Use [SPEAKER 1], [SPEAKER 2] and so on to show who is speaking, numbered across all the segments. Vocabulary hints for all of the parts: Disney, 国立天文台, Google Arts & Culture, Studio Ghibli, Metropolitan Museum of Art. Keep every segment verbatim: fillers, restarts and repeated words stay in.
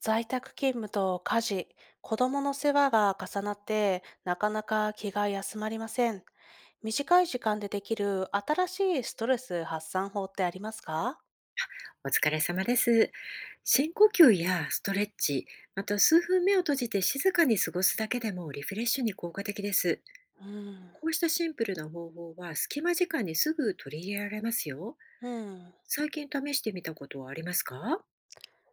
[SPEAKER 1] 在宅勤務と家事、子供の世話が重なって、なかなか気が休まりません。短い時間でできる新しいストレス発散法ってありますか？
[SPEAKER 2] お疲れ様です。深呼吸やストレッチ、また数分目を閉じて静かに過ごすだけでもリフレッシュに効果的です。
[SPEAKER 1] うん。
[SPEAKER 2] こうしたシンプルな方法は隙間時間にすぐ取り入れられますよ。
[SPEAKER 1] うん。
[SPEAKER 2] 最近試してみたことはありますか？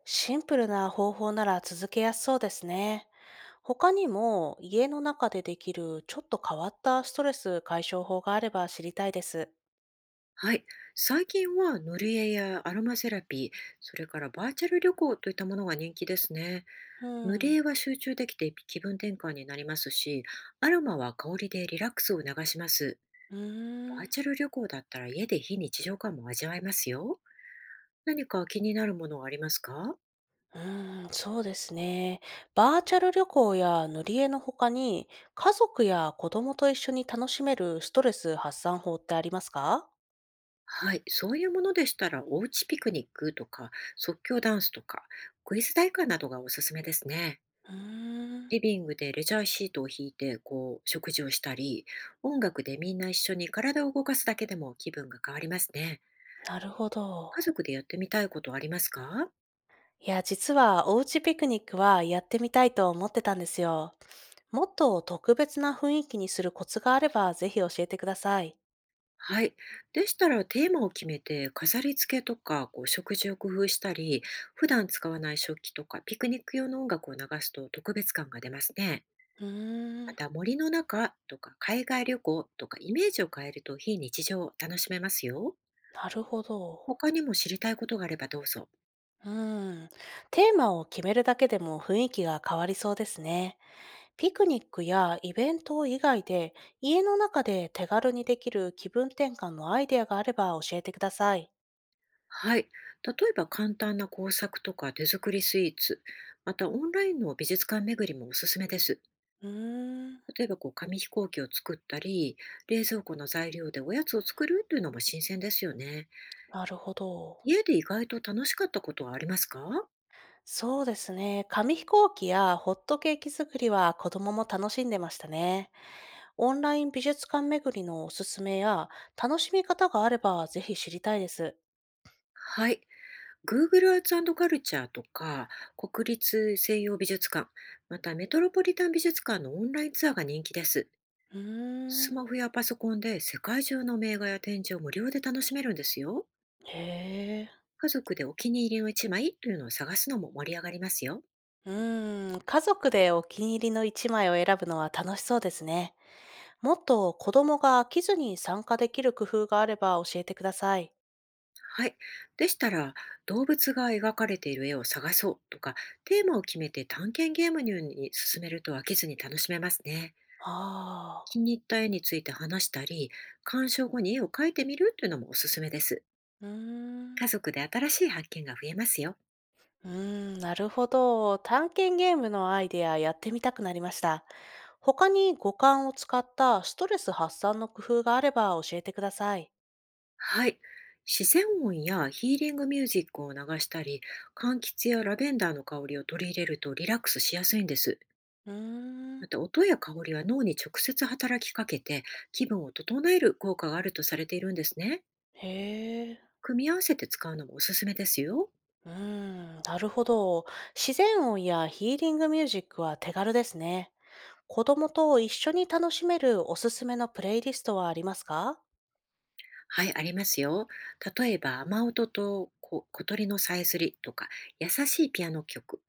[SPEAKER 1] シンプルな方法なら続けやすそうですね。他にも家の中でできるちょっと変わったストレス解消法があれば知りたいです。
[SPEAKER 2] はい。最近は塗り絵やアロマセラピー、それからバーチャル旅行といったものが人気ですね。
[SPEAKER 1] う
[SPEAKER 2] 塗り
[SPEAKER 1] ん。
[SPEAKER 2] 絵は集中できて気分転換になりますし、アロマは香りでリラックスを流します。
[SPEAKER 1] うー
[SPEAKER 2] バー
[SPEAKER 1] ん。
[SPEAKER 2] チャル旅行だったら家で非日常感も味わえますよ。何か気になるものはありますか？
[SPEAKER 1] うーん、そうですね。バーチャル旅行や塗り絵の他に、家族や子供と一緒に楽しめるストレス発散法ってありますか？
[SPEAKER 2] はい、そういうものでしたら、おうちピクニックとか、即興ダンスとか、クイズ大会などがおすすめですね。
[SPEAKER 1] うーん、
[SPEAKER 2] リビングでレジャーシートを引いて、こう、食事をしたり、音楽でみんな一緒に体を動かすだけでも気分が変わりますね。
[SPEAKER 1] なるほ
[SPEAKER 2] 家
[SPEAKER 1] ど。
[SPEAKER 2] 族でやってみたいことありますか？
[SPEAKER 1] いや、実はおうちピクニックはやってみたいと思ってたんですよ。もっと特別な雰囲気にするコツがあれば、ぜひ教えてください。
[SPEAKER 2] はい。でしたらテーマを決めて飾り付けとかこう食事を工夫したり、普段使わない食器とかピクニック用の音楽を流すと特別感が出ますね。
[SPEAKER 1] うー
[SPEAKER 2] ま
[SPEAKER 1] ん、
[SPEAKER 2] た森の中とか海外旅行とかイメージを変えると非日常を楽しめますよ。
[SPEAKER 1] なるほど。
[SPEAKER 2] 他にも知りたいことがあればどうぞ。
[SPEAKER 1] うーん、テーマを決めるだけでも雰囲気が変わりそうですね。ピクニックやイベント以外で家の中で手軽にできる気分転換のアイデアがあれば教えてください。
[SPEAKER 2] はい。例えば簡単な工作とか手作りスイーツ、またオンラインの美術館巡りもおすすめです。
[SPEAKER 1] うーん、
[SPEAKER 2] 例えばこう紙飛行機を作ったり、冷蔵庫の材料でおやつを作るというのも新鮮ですよね。
[SPEAKER 1] なるほど。
[SPEAKER 2] 家で意外と楽しかったことはありますか？
[SPEAKER 1] そうですね。紙飛行機やホットケーキ作りは子供も楽しんでましたね。オンライン美術館巡りのおすすめや楽しみ方があればぜひ知りたいです。
[SPEAKER 2] はい。グーグルアーツ カルチャーとか、国立西洋美術館、またメトロポリタン美術館のオンラインツアーが人気です。
[SPEAKER 1] うー
[SPEAKER 2] ス
[SPEAKER 1] ん。
[SPEAKER 2] マホやパソコンで世界中の名画や展示を無料で楽しめるんですよ。
[SPEAKER 1] へえ。
[SPEAKER 2] 家族でお気に入りの一枚というのを探すのも盛り上がりますよ。
[SPEAKER 1] うーん、家族でお気に入りの一枚を選ぶのは楽しそうですね。もっと子供が飽きずに参加できる工夫があれば教えてください。
[SPEAKER 2] はい。でしたら、動物が描かれている絵を探そうとか、テーマを決めて探検ゲームのように進めると飽きずに楽しめますね。
[SPEAKER 1] あ
[SPEAKER 2] 気
[SPEAKER 1] あ、
[SPEAKER 2] に入った絵について話したり、鑑賞後に絵を描いてみるというのもおすすめです。
[SPEAKER 1] うーん。
[SPEAKER 2] 家族で新しい発見が増えますよ。
[SPEAKER 1] うーん、なるほど。探検ゲームのアイデアやってみたくなりました。他に五感を使ったストレス発散の工夫があれば教えてください。
[SPEAKER 2] はい。自然音やヒーリングミュージックを流したり、柑橘やラベンダーの香りを取り入れるとリラックスしやすいんです。
[SPEAKER 1] うー
[SPEAKER 2] ま
[SPEAKER 1] ん、
[SPEAKER 2] た音や香りは脳に直接働きかけて気分を整える効果があるとされているんですね。
[SPEAKER 1] へえ。
[SPEAKER 2] 組み合わせて使うのもおすすめですよ。
[SPEAKER 1] うーん、なるほど。自然音やヒーリングミュージックは手軽ですね。子供と一緒に楽しめるおすすめのプレイリストはありますか？
[SPEAKER 2] はい、ありますよ。例えば、雨音とこ小鳥のさえずりとか、優しいピアノ曲。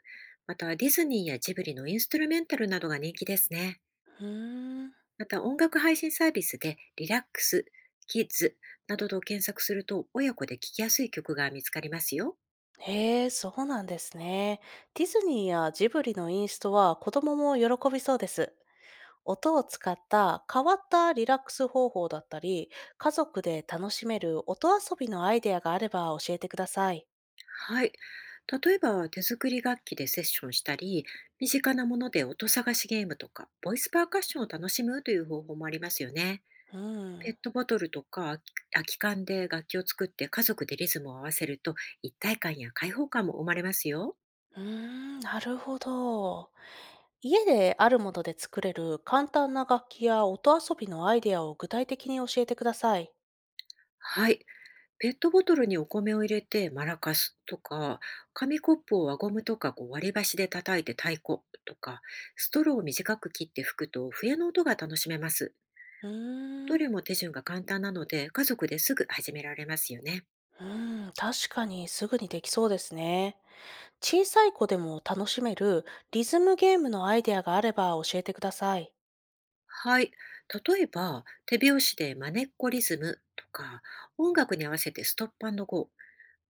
[SPEAKER 2] また、ディズニーやジブリのインストゥルメンタルなどが人気ですね。
[SPEAKER 1] うーん。
[SPEAKER 2] また、音楽配信サービスで、リラックス、キッズなどと検索すると、親子で聴きやすい曲が見つかりますよ。
[SPEAKER 1] へえ、そうなんですね。ディズニーやジブリのインストは子供も喜びそうです。音を使った変わったリラックス方法だったり、家族で楽しめる音遊びのアイデアがあれば教えてください。
[SPEAKER 2] はい。例えば、手作り楽器でセッションしたり、身近なもので音探しゲームとか、ボイスパーカッションを楽しむという方法もありますよね。
[SPEAKER 1] う
[SPEAKER 2] ペッ
[SPEAKER 1] ん。
[SPEAKER 2] トボトルとか空き空き缶で楽器を作って家族でリズムを合わせると一体感や開放感も生まれますよ。
[SPEAKER 1] うーん、なるほど。家であるもので作れる簡単な楽器や音遊びのアイデアを具体的に教えてください。
[SPEAKER 2] はい。ペットボトルにお米を入れてマラカスとか、紙コップを輪ゴムとかこう割り箸で叩いて太鼓とか、ストローを短く切って吹くと笛の音が楽しめます。
[SPEAKER 1] う
[SPEAKER 2] ど
[SPEAKER 1] ー
[SPEAKER 2] れ
[SPEAKER 1] ん。
[SPEAKER 2] も手順が簡単なので家族ですぐ始められますよね。
[SPEAKER 1] うん、確かにすぐにできそうですね。小さい子でも楽しめるリズムゲームのアイデアがあれば教えてください。
[SPEAKER 2] はい。例えば、手拍子でまねっこリズムとか、音楽に合わせてストップゴー。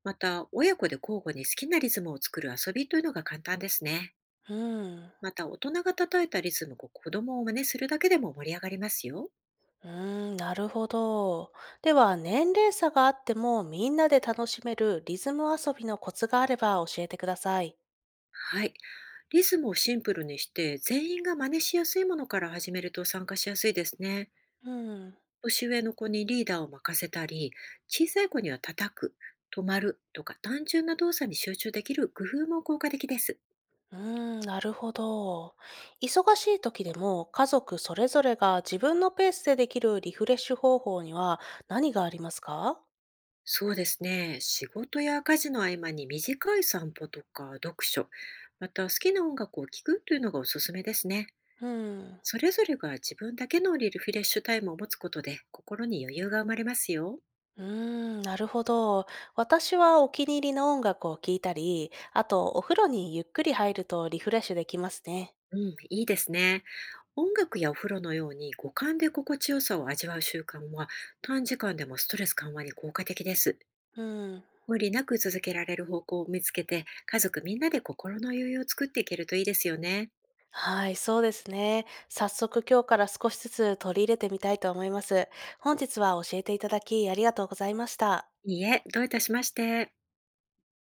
[SPEAKER 2] また、親子で交互に好きなリズムを作る遊びというのが簡単ですね。
[SPEAKER 1] うん。
[SPEAKER 2] また、大人が叩いたリズムを子供を真似するだけでも盛り上がりますよ。
[SPEAKER 1] うーん、なるほど。では、年齢差があってもみんなで楽しめるリズム遊びのコツがあれば教えてください。
[SPEAKER 2] はい。リズムをシンプルにして、全員が真似しやすいものから始めると参加しやすいですね。
[SPEAKER 1] うん。
[SPEAKER 2] 年上の子にリーダーを任せたり、小さい子には叩く、止まるとか単純な動作に集中できる工夫も効果的です。
[SPEAKER 1] うーん、なるほど。忙しい時でも家族それぞれが自分のペースでできるリフレッシュ方法には何がありますか？
[SPEAKER 2] そうですね。仕事や家事の合間に短い散歩とか読書、また好きな音楽を聴くというのがおすすめですね。
[SPEAKER 1] うん。
[SPEAKER 2] それぞれが自分だけのリフレッシュタイムを持つことで心に余裕が生まれますよ。
[SPEAKER 1] うーん、なるほど。私はお気に入りの音楽を聴いたり、あとお風呂にゆっくり入るとリフレッシュできますね。
[SPEAKER 2] うん、いいですね。音楽やお風呂のように五感で心地よさを味わう習慣は短時間でもストレス緩和に効果的です。
[SPEAKER 1] うん。
[SPEAKER 2] 無理なく続けられる方向を見つけて家族みんなで心の余裕を作っていけるといいですよね。
[SPEAKER 1] はい、そうですね。早速今日から少しずつ取り入れてみたいと思います。本日は教えていただきありがとうございました。
[SPEAKER 2] いいえ、どういたしまして。